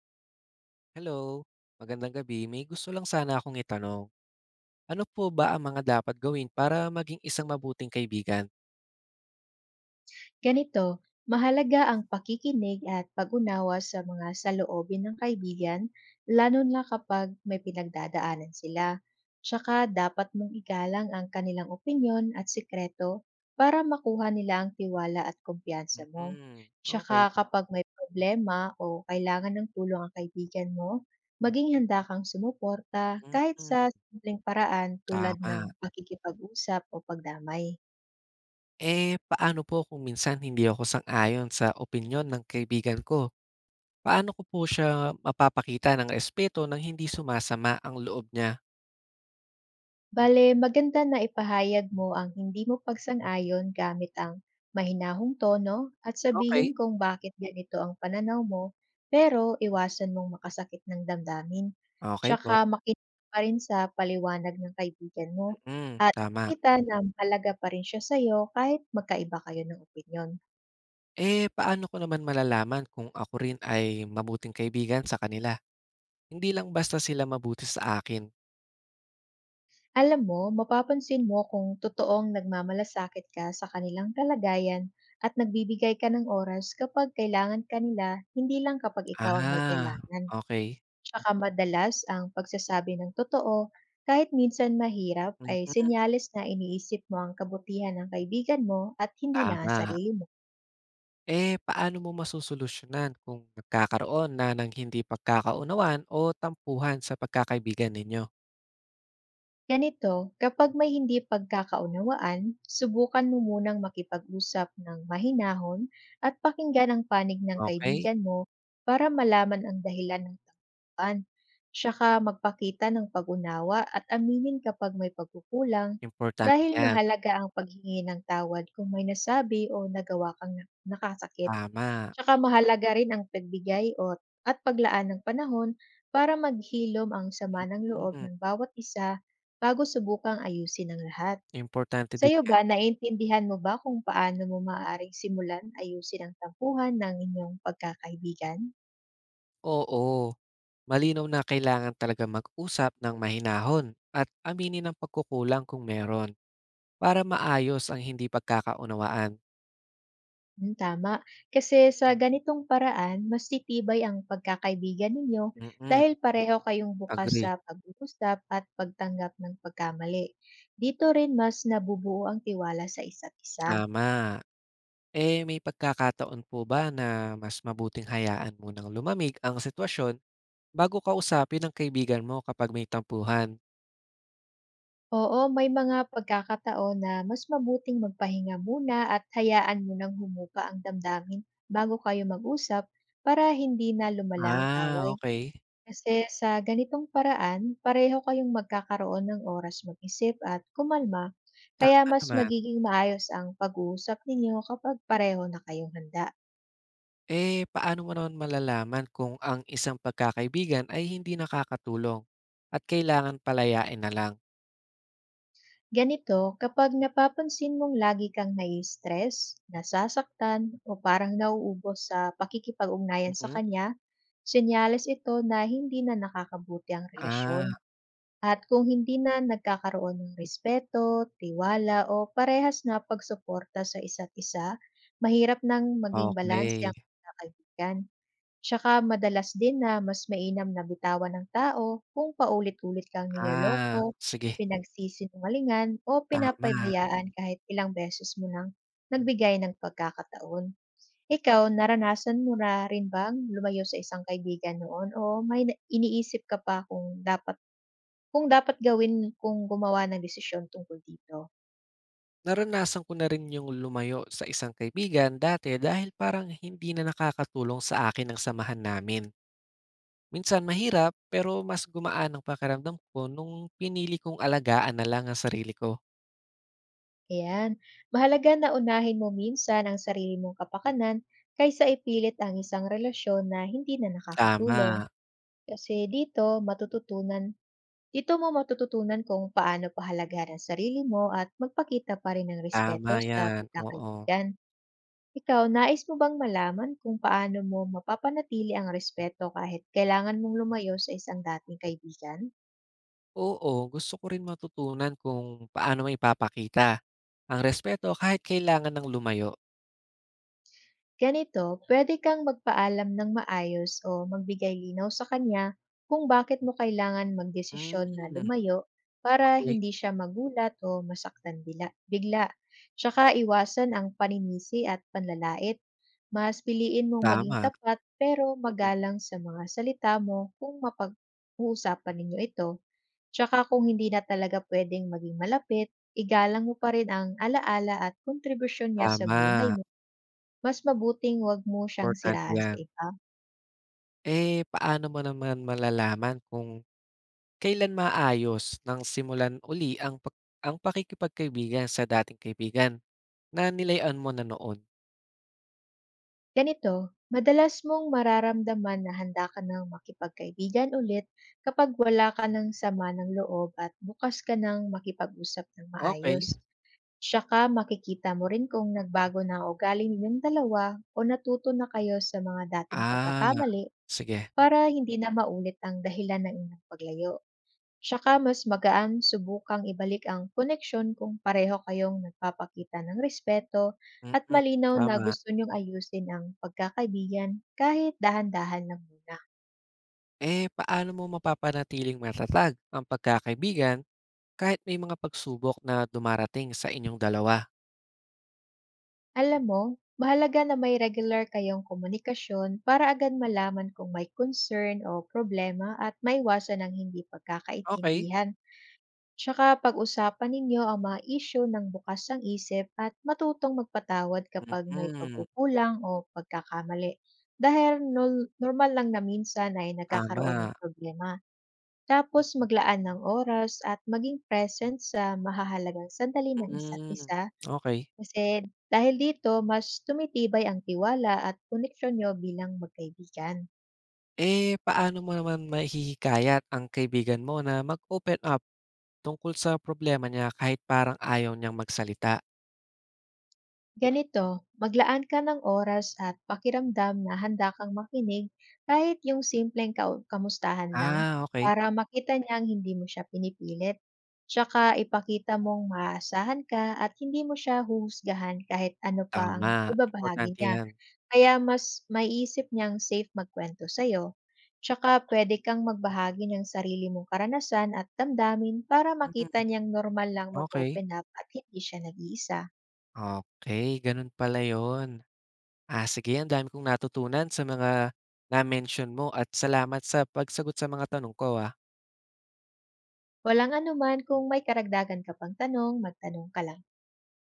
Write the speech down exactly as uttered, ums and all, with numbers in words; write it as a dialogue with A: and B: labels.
A: Hello, magandang gabi. May gusto lang sana akong itanong. Ano po ba ang mga dapat gawin para maging isang mabuting kaibigan?
B: Ganito, mahalaga ang pakikinig at pag-unawa sa mga saloobin ng kaibigan, lalo na kapag may pinagdadaanan sila. Tsaka dapat mong igalang ang kanilang opinyon at sikreto para makuha nila ang tiwala at kumpiyansa mo.
A: Mm, okay.
B: Tsaka kapag may problema o kailangan ng tulong ang kaibigan mo, maging handa kang sumuporta kahit sa
A: Mm,
B: simpleng paraan tulad
A: tama.
B: ng pakikipag-usap o pagdamay.
A: Eh, paano po kung minsan hindi ako sang-ayon sa opinyon ng kaibigan ko? Paano ko po siya mapapakita ng respeto nang hindi sumasama ang loob niya?
B: Bale, maganda na ipahayag mo ang hindi mo pagsang-ayon gamit ang mahinahong tono at sabihin
A: Okay.
B: kung bakit ganito ang pananaw mo, pero iwasan mong makasakit ng damdamin.
A: Okay
B: Tsaka
A: po.
B: makinig pa rin sa paliwanag ng kaibigan mo
A: Mm,
B: at
A: tama.
B: ipakita na mahalaga pa rin siya sa'yo kahit magkaiba kayo ng opinyon.
A: Eh, paano ko naman malalaman kung ako rin ay mabuting kaibigan sa kanila? Hindi lang basta sila mabuti sa akin.
B: Alam mo, mapapansin mo kung totoong nagmamalasakit ka sa kanilang kalagayan at nagbibigay ka ng oras kapag kailangan kanila, hindi lang kapag ikaw ang may
A: Ah,
B: kailangan.
A: okey.
B: Tsaka madalas ang pagsasabi ng totoo, kahit minsan mahirap,
A: Mm,
B: ay senyales na iniisip mo ang kabutihan ng kaibigan mo at hindi lang ang
A: tama.
B: sarili mo.
A: Eh, paano mo masosolusyonan kung nagkakaroon na ng hindi pagkakaunawaan o tampuhan sa pagkakaibigan ninyo?
B: Ganito, kapag may hindi pagkakaunawaan, subukan mo munang makipag-usap ng mahinahon at pakinggan ang panig ng
A: Okey,
B: kaibigan mo para malaman ang dahilan ng tanggapan. Tsaka magpakita ng pag-unawa at aminin kapag may pagkukulang,
A: importante
B: dahil
A: 'yan,
B: mahalaga ang paghingi ng tawad kung may nasabi o nagawa kang na- nakasakit.
A: tama.
B: Tsaka mahalaga rin ang pagbigay o at paglaan ng panahon para maghilom ang sama ng loob
A: Mm,
B: ng bawat isa bago subukang ayusin ang lahat.
A: importante din
B: Sa'yo
A: 'yan.
B: ba, naiintindihan mo ba kung paano mo maaaring simulan ayusin ang tampuhan ng inyong pagkakaibigan?
A: Oo, malinaw na kailangan talaga mag-usap ng mahinahon at aminin ang pagkukulang kung meron, para maayos ang hindi pagkakaunawaan.
B: Hmm, tama. Kasi sa ganitong paraan, mas titibay ang pagkakaibigan ninyo
A: Mm,
B: dahil pareho kayong bukas sa
A: agree,
B: pag-uusap at pagtanggap ng pagkamali. Dito rin mas nabubuo ang tiwala sa isa't isa.
A: tama. Eh, may pagkakataon po ba na mas mabuting hayaan mo ng lumamig ang sitwasyon bago kausapin ang kaibigan mo kapag may tampuhan?
B: Oo, may mga pagkakataon na mas mabuting magpahinga muna at hayaan munang humupa ang damdamin bago kayo mag-usap, para hindi na lumala ang
A: Ah,
B: away.
A: okay,
B: Kasi sa ganitong paraan, pareho kayong magkakaroon ng oras mag-isip at kumalma, kaya
A: tama
B: mas
A: naman.
B: magiging maayos ang pag-uusap ninyo kapag pareho na kayong handa.
A: Eh, paano mo naman malalaman kung ang isang pagkakaibigan ay hindi nakakatulong at kailangan palayain na lang?
B: Ganito, kapag napapansin mong lagi kang nai-stress, nasasaktan, o parang nauubos sa pakikipag-ugnayan sa
A: Mm.
B: kanya, senyales ito na hindi na nakakabuti ang relasyon.
A: Ah,
B: At kung hindi na nagkakaroon ng respeto, tiwala, o parehas na pagsuporta sa isa't isa, mahirap nang maging balanse
A: okay.
B: ang magkakaibigan. Tsaka madalas din na mas mainam na bitawan ng tao kung paulit-ulit kang
A: Ah,
B: niloloko,
A: sige,
B: pinagsisinungalingan o
A: tama.
B: pinapabayaan kahit ilang beses mo nang nagbigay ng pagkakataon. Ikaw, naranasan mo na rin bang lumayo sa isang kaibigan noon o may na- iniisip ka pa kung dapat kung dapat gawin kung gumawa ng desisyon tungkol dito?
A: Naranasan ko na rin yung lumayo sa isang kaibigan dati dahil parang hindi na nakakatulong sa akin ang samahan namin. Minsan mahirap, pero mas gumaan ang pakiramdam ko nung pinili kong alagaan na lang ang sarili ko.
B: Ayan. Mahalaga na unahin mo minsan ang sarili mong kapakanan kaysa ipilit ang isang relasyon na hindi na nakakatulong.
A: Tama,
B: Kasi dito matututunan, dito mo matututunan kung paano pahalagahan ang sarili mo at magpakita pa rin ng
A: tama
B: respeto sa
A: 'yan, oo.
B: pagkakaibigan. Ikaw, nais mo bang malaman kung paano mo mapapanatili ang respeto kahit kailangan mong lumayo sa isang dating kaibigan?
A: Oo, gusto ko rin matutunan kung paano maipapakita ang respeto kahit kailangan ng lumayo.
B: Ganito, pwede kang magpaalam ng maayos o magbigay linaw sa kanya kung bakit mo kailangan magdesisyon na
A: Hmm,
B: lumayo, para
A: okey.
B: hindi siya magulat o masaktan bila, bigla. Tsaka iwasan ang paninisi at panlalait. Mas piliin mong maging
A: Tama,
B: tapat pero
A: mm,
B: magalang sa mga salita mo kung mapag-uusapan ninyo ito. Tsaka kung hindi na talaga pwedeng maging malapit, igalang mo pa rin ang alaala at kontribusyon niya sa
A: tama,
B: buhay mo. Mas mabuting 'wag mo siyang
A: importante
B: siraan sa
A: 'yan.
B: iba.
A: Eh, paano mo naman malalaman kung kailan maayos ng simulan uli ang pag ang pakikipagkaibigan sa dating kaibigan na nilayan mo na noon?
B: Ganito, madalas mong mararamdaman na handa ka ng makipagkaibigan ulit kapag wala ka ng sama ng loob at bukas ka ng makipag-usap ng maayos.
A: Okey.
B: Tsaka makikita mo rin kung nagbago na ang ugali ninyong dalawa o natuto na kayo sa mga dating
A: Ah,
B: pagkakamali,
A: sige.
B: para hindi na maulit ang dahilan ng inyong paglayo. Tsaka mas magaan subukang ibalik ang koneksyon kung pareho kayong nagpapakita ng respeto at
A: Mm,
B: malinaw na
A: tama.
B: gusto niyong ayusin ang pagkakaibigan kahit dahan-dahan lang muna.
A: Eh, paano mo mapapanatiling matatag ang pagkakaibigan kahit may mga pagsubok na dumarating sa inyong dalawa?
B: Alam mo, mahalaga na may regular kayong komunikasyon para agad malaman kung may concern o problema at maiwasan ang hindi
A: Okey.
B: pagkakaintindihan. Tsaka pag-usapan ninyo ang mga isyu ng bukas ang isip at matutong magpatawad kapag may
A: Mm,
B: pagkukulang o pagkakamali. Dahil nol- normal lang na minsan ay nagkakaroon ng
A: tama.
B: problema. Tapos maglaan ng oras at maging present sa mahahalagang sandali ng isa't
A: Hmm,
B: isa,
A: okey.
B: kasi dahil dito mas tumitibay ang tiwala at koneksyon nyo bilang magkaibigan.
A: Eh, paano mo naman mahihikayat ang kaibigan mo na mag-open up tungkol sa problema niya kahit parang ayaw niyang magsalita?
B: Ganito, maglaan ka ng oras at pakiramdam na handa kang makinig kahit yung simpleng kau- kamustahan lang,
A: Ah, okey.
B: para makita niyang hindi mo siya pinipilit. Tsaka ipakita mong maasahan ka at hindi mo siya huhusgahan kahit ano pa
A: Tama,
B: ang ibabahagi
A: importante
B: niya.
A: 'yan.
B: Kaya mas maiisip niyang safe magkwento sa'yo. Tsaka pwede kang magbahagi ng sarili mong karanasan at damdamin para makita
A: Mm,
B: niyang normal lang
A: okey.
B: mag-open up at hindi siya nag-iisa.
A: Okay, gano'n pala 'yon. Ah, sige ang dami kong natutunan sa mga na-mention mo at salamat sa pagsagot sa mga tanong ko, ah.
B: Walang anuman, kung may karagdagan ka pang tanong, magtanong ka lang.